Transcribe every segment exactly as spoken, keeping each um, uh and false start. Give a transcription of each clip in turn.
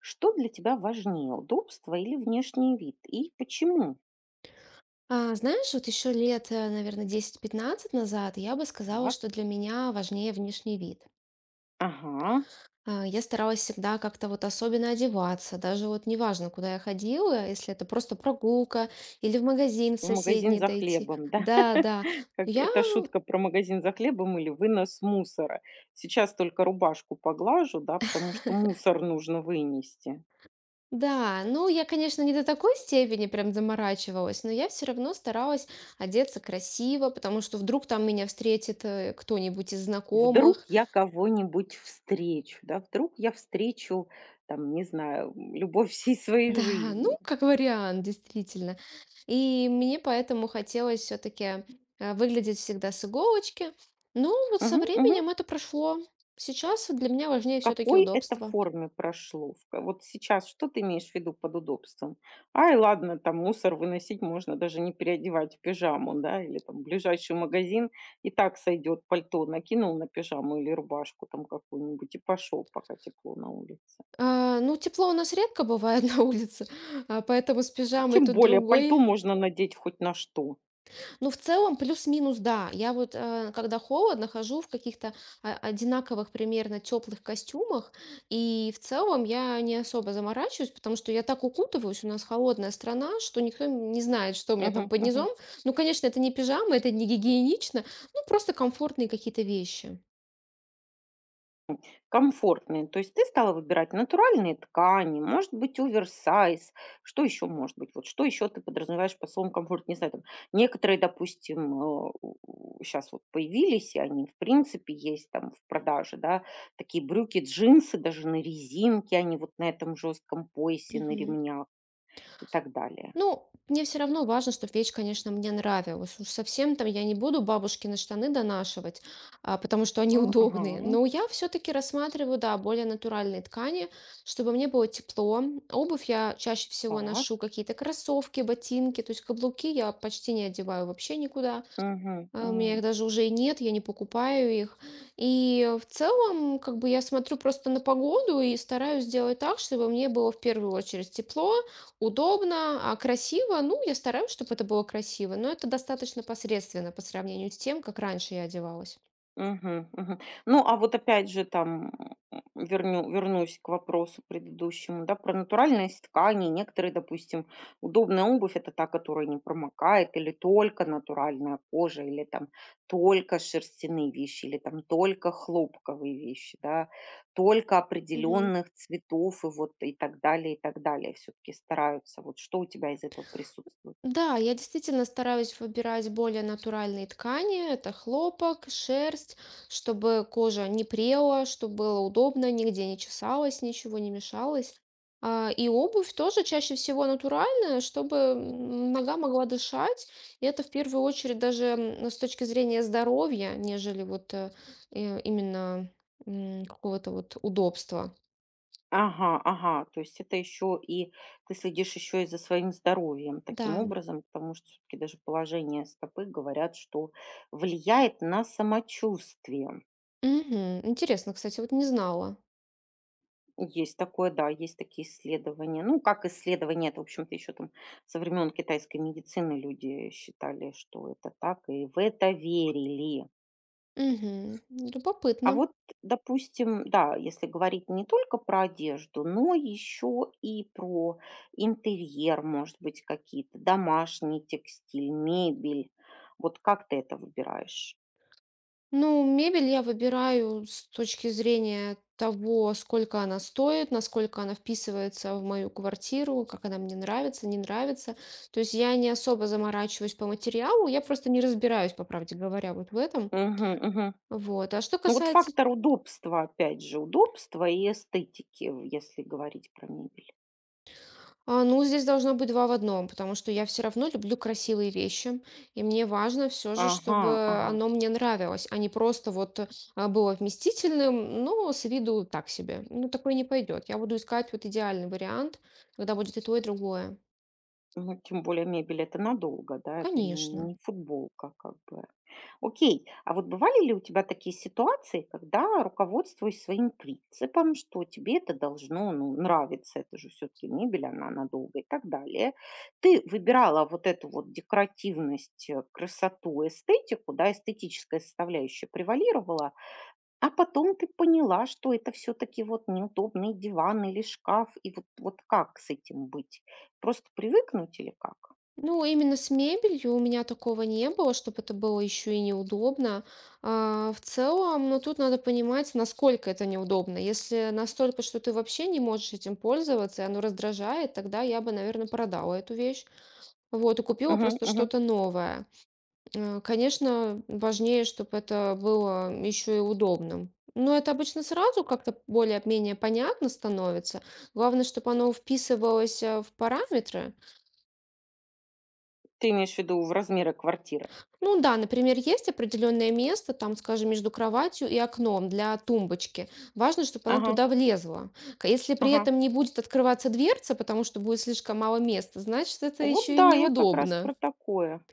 Что для тебя важнее, удобство или внешний вид? И почему? А, знаешь, вот еще лет, наверное, десять-пятнадцать назад я бы сказала, Так, что для меня важнее внешний вид. ага, А, Я старалась всегда как-то вот особенно одеваться, даже вот неважно, куда я ходила, если это просто прогулка или в магазин в магазин соседний за дойти. хлебом, да? Да, да. Как Я, это шутка про магазин за хлебом или вынос мусора. Сейчас только рубашку поглажу, да, потому что мусор нужно вынести. да, ну я, конечно, не до такой степени прям заморачивалась, но я все равно старалась одеться красиво, потому что вдруг там меня встретит э, кто-нибудь из Вдруг знакомых. я кого-нибудь встречу, да, вдруг я встречу, там, не знаю, любовь всей своей Да, ну, жизни. как вариант, действительно. И мне поэтому хотелось все-таки выглядеть всегда с иголочки. Но вот со Мгм, мгм. временем это прошло. Сейчас для меня важнее В все-таки какой это удобство. форме прошло? В ка Вот сейчас что ты имеешь в виду под удобством? Ай, ладно, там мусор выносить можно, даже не переодевать в пижаму, да, или там ближайший магазин, и так сойдет пальто, накинул на пижаму или рубашку там какую-нибудь и пошел, пока тепло на улице. А, ну, тепло у нас редко бывает на улице, а, поэтому с пижамой Тем тут более пальто другой. можно надеть хоть на что. Ну, в целом, плюс-минус, да. Я вот, э, когда холодно, хожу в каких-то а, одинаковых примерно теплых костюмах, и в целом я не особо заморачиваюсь, потому что я так укутываюсь, у нас холодная страна, что никто н- не знает, что у меня там Мгм, под мгм. низом. Ну, конечно, это не пижама, это не гигиенично, ну, просто комфортные какие-то вещи. Комфортные. То есть ты стала выбирать натуральные ткани, может быть, оверсайз. Что еще может быть? Вот что еще ты подразумеваешь по словом комфорт? Не знаю, там некоторые, допустим, сейчас вот появились, и они, в принципе, есть там в продаже, да, такие брюки, джинсы даже на резинке, они вот на этом жестком поясе, на Мгм. ремнях и так далее. Ну, мне все равно важно, чтобы вещь, конечно, мне нравилась. Уж совсем там я не буду бабушкины штаны донашивать, а, потому что они А, Ага, удобные. Но я все-таки рассматриваю, да, более натуральные ткани, чтобы мне было тепло. Обувь я чаще всего так. ношу какие-то кроссовки, ботинки, то есть каблуки я почти не одеваю вообще никуда. Мгм, А, у меня мгм. их даже уже и нет, я не покупаю их. И э, в целом, как бы я смотрю просто на погоду и стараюсь сделать так, чтобы мне было в первую очередь тепло, удобно, а красиво. Ну, я стараюсь, чтобы это было красиво, но это достаточно посредственно по сравнению с тем, как раньше я одевалась. Мгм, мгм. Ну, а вот опять же там, м, верню вернусь к вопросу предыдущему, да, про натуральность ткани. Некоторые, допустим, удобная обувь — это та, которая не промокает, или только натуральная кожа, или там только шерстяные вещи, или там только хлопковые вещи, да, только Мгм. определенных цветов и вот и так далее, и так далее. Все-таки стараются. Вот что у тебя из этого присутствует? Да, я действительно стараюсь выбирать более натуральные ткани. Это хлопок, шерсть, чтобы кожа не прела, чтобы было удобно, нигде не чесалось, ничего не мешалось. А, И обувь тоже чаще всего натуральная, чтобы м, нога могла дышать. И это в первую очередь даже м, с точки зрения здоровья, нежели вот э, э, именно м, какого-то вот удобства. Ага, ага. То есть это еще и ты следишь еще и за своим здоровьем таким Да. образом, потому что все-таки даже положение стопы, говорят, что влияет на самочувствие. Мгм. Интересно, кстати, вот не знала. Есть такое, да, есть такие исследования. Ну, как исследования, это, в общем-то, еще там со времен китайской медицины люди считали, что это так, и в это верили. Мгм. А Любопытно. вот, допустим, да, если говорить не только про одежду, но еще и про интерьер, может быть, какие-то домашний текстиль, мебель. Вот как ты это выбираешь? Ну, мебель я выбираю с точки зрения того, сколько она стоит, насколько она вписывается в мою квартиру, как она мне нравится, не нравится. То есть я не особо заморачиваюсь по материалу, я просто не разбираюсь, по правде говоря, вот в этом. Мгм, мгм. Вот. А что Ну вот касается. фактор удобства, опять же, удобства и эстетики, в- если говорить про мебель. А, ну, здесь должно быть два в одном, потому что я все равно люблю красивые вещи, и мне важно все же, Ага, чтобы ага. оно мне нравилось, а не просто вот э, а, было вместительным, но с виду так себе. Ну, такое не пойдет. Я буду искать вот идеальный вариант, когда будет и то, и другое. Ну, тем более мебель — это надолго, да, это не Конечно. не футболка как бы. Окей, а вот бывали ли у тебя такие ситуации, когда, руководствуясь своим принципом, что тебе это должно, ну, нравиться, это же все таки мебель, она надолго и так далее, ты выбирала вот эту вот декоративность, э, красоту, эстетику, да, эстетическая составляющая превалировала, а потом ты поняла, что это все таки вот неудобный диван или шкаф, и вот вот как с этим быть? Просто привыкнуть или как? Ну, именно с мебелью у меня такого не было, чтобы это было еще и неудобно. А, в целом, ну, тут надо понимать, насколько это неудобно. Если настолько, что ты вообще не можешь этим пользоваться, и оно раздражает, тогда я бы, наверное, продала эту вещь. Вот, и купила Мгм, просто мгм. что-то новое. Э, Конечно, важнее, чтобы это было еще и удобным. Но это обычно сразу как-то более-менее понятно становится. Главное, чтобы оно вписывалось э, в параметры. Ты имеешь в виду в размеры квартиры? Ну да, например, есть определенное место, там, скажем, между кроватью и окном для тумбочки. Важно, чтобы она Ага, туда влезла. К- Если при ага. этом не будет открываться дверца, потому что будет слишком мало места, значит, это Вот еще и да, я как раз про неудобно. такое.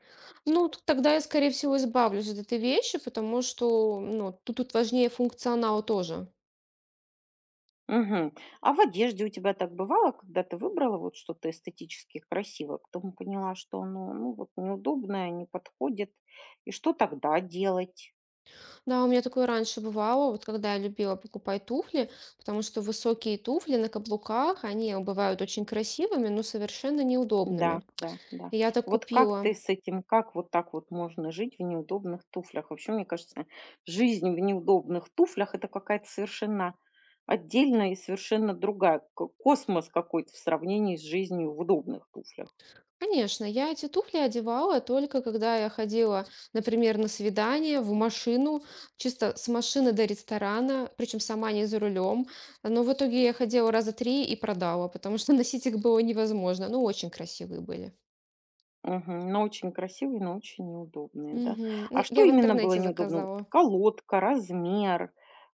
Ну, т- тогда я, скорее всего, избавлюсь от этой вещи, потому что, ну, тут, тут важнее функционал тоже. Мгм. А в одежде у тебя так бывало, когда ты выбрала вот что-то эстетически красивое, потом поняла, что оно, ну, вот неудобное, не подходит, и что тогда делать? Да, у меня такое раньше бывало, вот когда я любила покупать туфли, потому что высокие туфли на каблуках, они бывают очень красивыми, но совершенно Да, неудобными. да, да. И я так Вот как ты купила. с этим, как вот так вот можно жить в неудобных туфлях? Вообще, мне кажется, жизнь в неудобных туфлях — это какая-то совершенно отдельная и совершенно другая, ко- космос какой-то в сравнении с жизнью в удобных туфлях. Конечно, я эти туфли одевала только когда я ходила, например, на свидание, в машину, чисто с машины до ресторана, причем сама не за рулем. Но в итоге я ходила раза три и продала, потому что носить их было невозможно. Ну, очень красивые были. Мгм. Но очень красивые, но очень неудобные, да. Мгм. А Ну, что я в именно было интернете неудобно? Вот заказала. колодка, размер,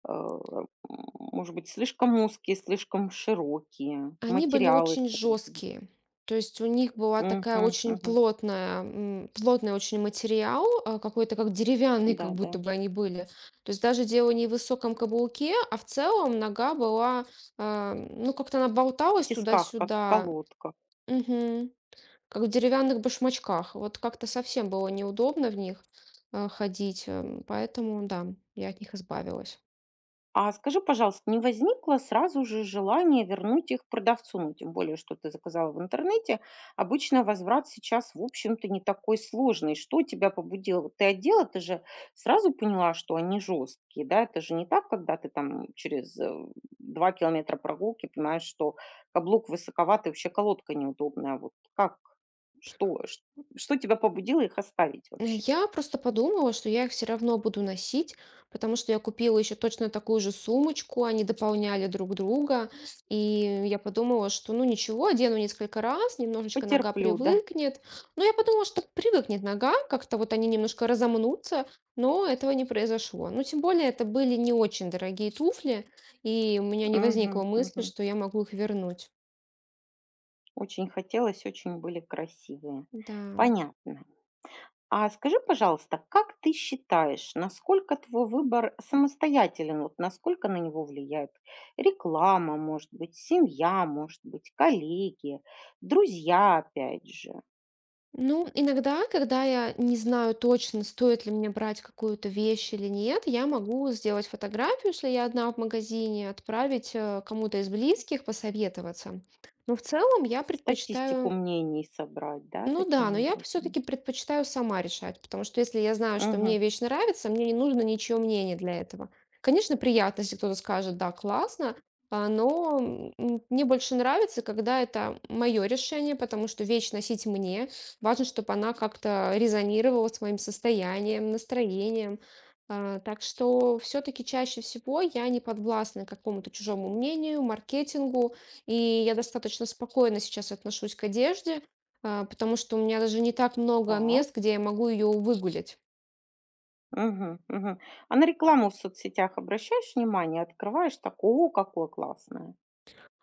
э, м, может быть, слишком узкие, слишком широкие, Они были материалы, из очень которых — жесткие. То есть у них была такая Мгм, очень мгм. плотная, м, плотный очень материал, а, какой-то как деревянный, как Да, будто да. бы они были. То есть даже дело не в высоком каблуке, а в целом нога была, а, ну как-то она болталась Тисках, как в туда-сюда. колодках. Мгм. Как в деревянных башмачках. Вот как-то совсем было неудобно в них э, ходить, эм, поэтому да, я от них избавилась. А скажи, пожалуйста, не возникло сразу же желание вернуть их продавцу? Ну, тем более, что ты заказала в интернете. Обычно возврат сейчас, в общем-то, не такой сложный. Что тебя побудило? Вот ты одела, ты же сразу поняла, что они жесткие, да? Это же не так, когда ты там через э, два километра прогулки понимаешь, что каблук высоковатый, вообще колодка неудобная. А вот как? Что? Ш- Что тебя побудило их оставить Э, вообще? Я просто подумала, что я их все равно буду носить, потому что я купила еще точно такую же сумочку, они дополняли друг друга, и я подумала, что ну ничего, одену несколько раз, немножечко нога Потерплю, да. привыкнет. Но я подумала, что привыкнет нога, как-то вот они немножко разомнутся, но этого не произошло. Ну, тем более, это были не очень дорогие туфли, и у меня не Мгм, возникло мысли, мгм. что я могу их вернуть. Очень хотелось, очень были красивые. Да. Понятно. А скажи, пожалуйста, как ты считаешь, насколько твой выбор самостоятелен? Вот насколько на него влияет реклама, может быть, семья, может быть, коллеги, друзья, опять же. Ну, иногда, когда я не знаю точно, стоит ли мне брать какую-то вещь или нет, я могу сделать фотографию, если я одна в магазине, отправить э, кому-то из близких, посоветоваться. Но в целом я Статистику предпочитаю мнений собрать, да, Ну таким да, но я образом. все-таки предпочитаю сама решать, потому что если я знаю, что Мгм. мне вещь нравится, мне не нужно ничье мнение для этого. Конечно, приятно, если кто-то скажет, да, классно, а, но м, мне больше нравится, когда это мое решение, потому что вещь носить мне. Важно, чтобы она как-то резонировала с моим состоянием, настроением. А, Так что все-таки чаще всего я не подвластна какому-то чужому мнению, маркетингу, и я достаточно спокойно сейчас отношусь к одежде, а, потому что у меня даже не так много Так. мест, где я могу ее выгулять. Мгм. Мгм. А на рекламу в соцсетях обращаешь внимание, открываешь — такое, какое классное.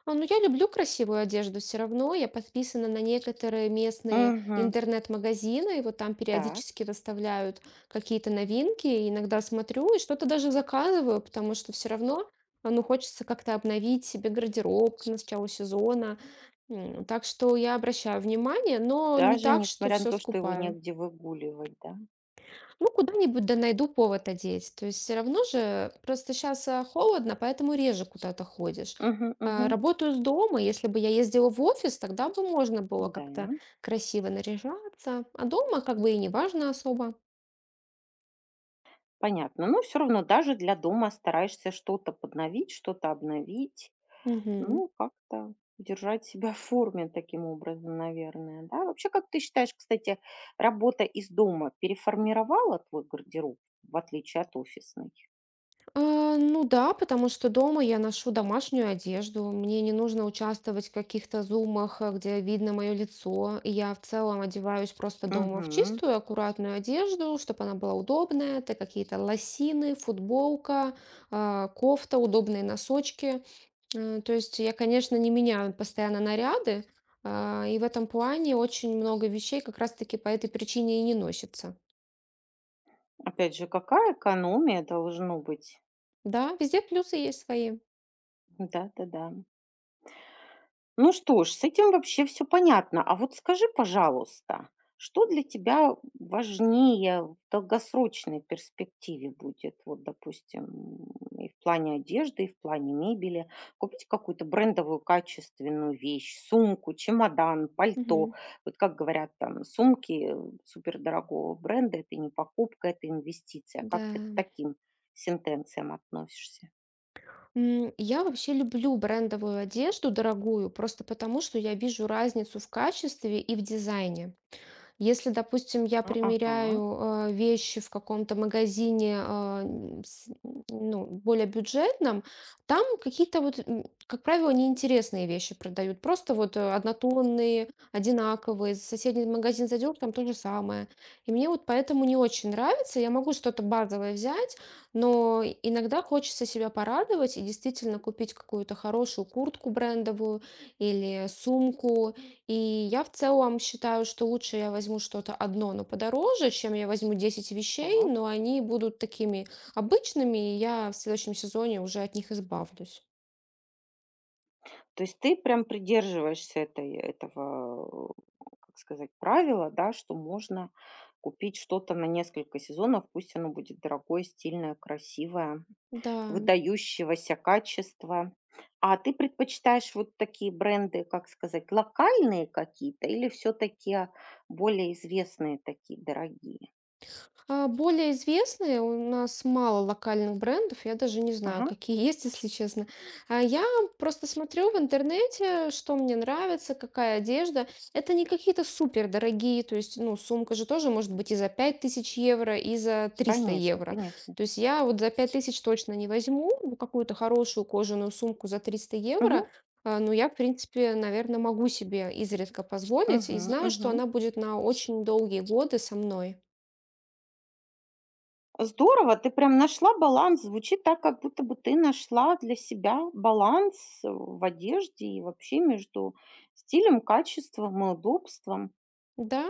А, Ну, я люблю красивую одежду все равно. Я подписана на некоторые местные Мгм. интернет-магазины, и вот там Так. периодически выставляют какие-то новинки. И иногда смотрю и что-то даже заказываю, потому что все равно, а, ну, хочется как-то обновить себе гардероб к началу сезона. М, Так что я обращаю внимание, но не Даже так, что несмотря на все то, что его скупаю. негде выгуливать, да? Ну, куда-нибудь да найду повод одеть. То есть все равно же, просто сейчас холодно, поэтому реже куда-то ходишь. Мгм, А, мгм. Работаю с дома, если бы я ездила в офис, тогда бы можно было Да, как-то красиво наряжаться. А дома как бы и не важно особо. понятно. Но все равно даже для дома стараешься что-то подновить, что-то обновить. Мгм. Ну, как-то держать себя в форме таким образом, наверное, да? Вообще, как ты считаешь, кстати, работа из дома переформировала твой гардероб, в отличие от офисной? А, Ну да, потому что дома я ношу домашнюю одежду, мне не нужно участвовать в каких-то зумах, э, где видно мое лицо, и я в целом одеваюсь просто дома в Мгм. чистую, аккуратную одежду, чтобы она была удобная, это какие-то лосины, футболка, а, кофта, удобные носочки. Э, То есть я, конечно, не меняю постоянно наряды, а, и в этом плане очень много вещей как раз-таки по этой причине и не носится. Опять же, какая экономия должно быть? Да, везде плюсы есть свои. Да-да-да. Ну что ж, с этим вообще все понятно. А вот скажи, пожалуйста, что для тебя важнее в долгосрочной перспективе будет? Вот, допустим, м, и в плане одежды, и в плане мебели. Купить какую-то брендовую качественную вещь, сумку, чемодан, пальто. Мгм. Вот как говорят, там, сумки э, супердорогого бренда — это не покупка, это инвестиция. Как ты к Да. таким сентенциям относишься? М, Я вообще люблю брендовую одежду, дорогую, просто потому, что я вижу разницу в качестве и в дизайне. Если, допустим, я А, ага, примеряю, э, вещи в каком-то магазине, а, м, с ну, более бюджетном, там какие-то вот, м, как правило, неинтересные вещи продают. Просто вот, э, однотонные, одинаковые. В соседний магазин зайдешь, там то же самое. И мне вот поэтому не очень нравится. Я могу что-то базовое взять, но иногда хочется себя порадовать и действительно купить какую-то хорошую куртку брендовую или сумку, и я в целом считаю, что лучше я возьму что-то одно, но подороже, чем я возьму десять вещей, так. но они будут такими обычными, и я в следующем сезоне уже от них избавлюсь. То есть ты прям придерживаешься этой этого, э, как сказать, правила, да, что можно купить что-то на несколько сезонов, пусть оно будет дорогое, стильное, красивое, Да. выдающегося качества. А ты предпочитаешь вот такие бренды, как сказать, локальные какие-то или все-таки более известные такие дорогие? А, Более известные. У нас мало локальных брендов, я даже не знаю, Ага, какие есть, если честно. А Я просто смотрю в интернете, что мне нравится, какая одежда. Это не какие-то супер дорогие, то есть, ну, сумка же тоже может быть и за пять тысяч евро, и за триста конечно, евро. конечно. То есть я вот за пять тысяч точно не возьму ну, какую-то хорошую кожаную сумку за триста евро, Угу, а, но я, в принципе, наверное, могу себе изредка позволить и угу, знаю, что мгм. она будет на очень долгие годы со мной. Здорово, ты прям нашла баланс. Звучит так, как будто бы ты нашла для себя баланс э, в одежде и вообще между стилем, качеством и удобством. Да,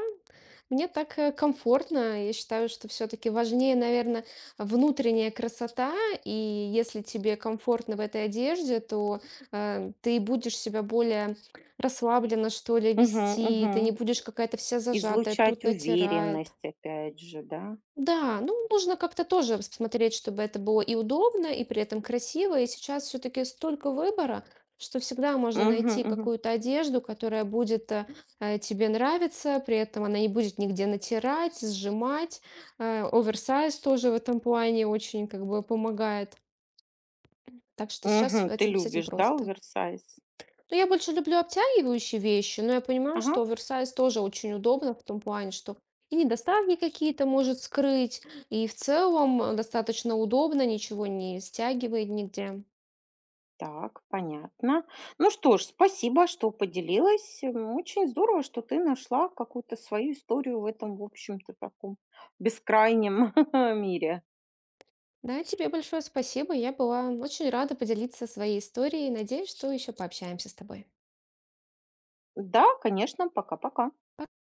мне так, э, комфортно. Я считаю, что все таки важнее, наверное, внутренняя красота. И если тебе комфортно в этой одежде, то, э, ты будешь себя более расслабленно, что ли, Мгм, вести. Ты не мгм. будешь какая-то вся зажатая, Излучать тут натирает. уверенность, опять же, да? Да, ну нужно как-то тоже смотреть, чтобы это было и удобно, и при этом красиво. И сейчас все-таки столько выбора, что всегда можно Мгм, найти мгм. какую-то одежду, которая будет э, э, тебе нравиться, при этом она не будет нигде натирать, сжимать. Э, Оверсайз тоже в этом плане очень как бы помогает. Так что сейчас Мгм. Ты этим, с этим любишь, да, просто. оверсайз? Ну, я больше люблю обтягивающие вещи, но я понимаю, Ага, что оверсайз тоже очень удобно в том плане, что и недостатки какие-то может скрыть, и в целом э, достаточно удобно, ничего не стягивает нигде. так, понятно. Ну что ж, спасибо, что поделилась. М, Очень здорово, что ты нашла какую-то свою историю в этом, в общем-то, таком бескрайнем мире. Да, тебе большое спасибо. Я была очень рада поделиться своей историей. Надеюсь, что еще пообщаемся с тобой. Пока. Да, конечно. Пока-пока.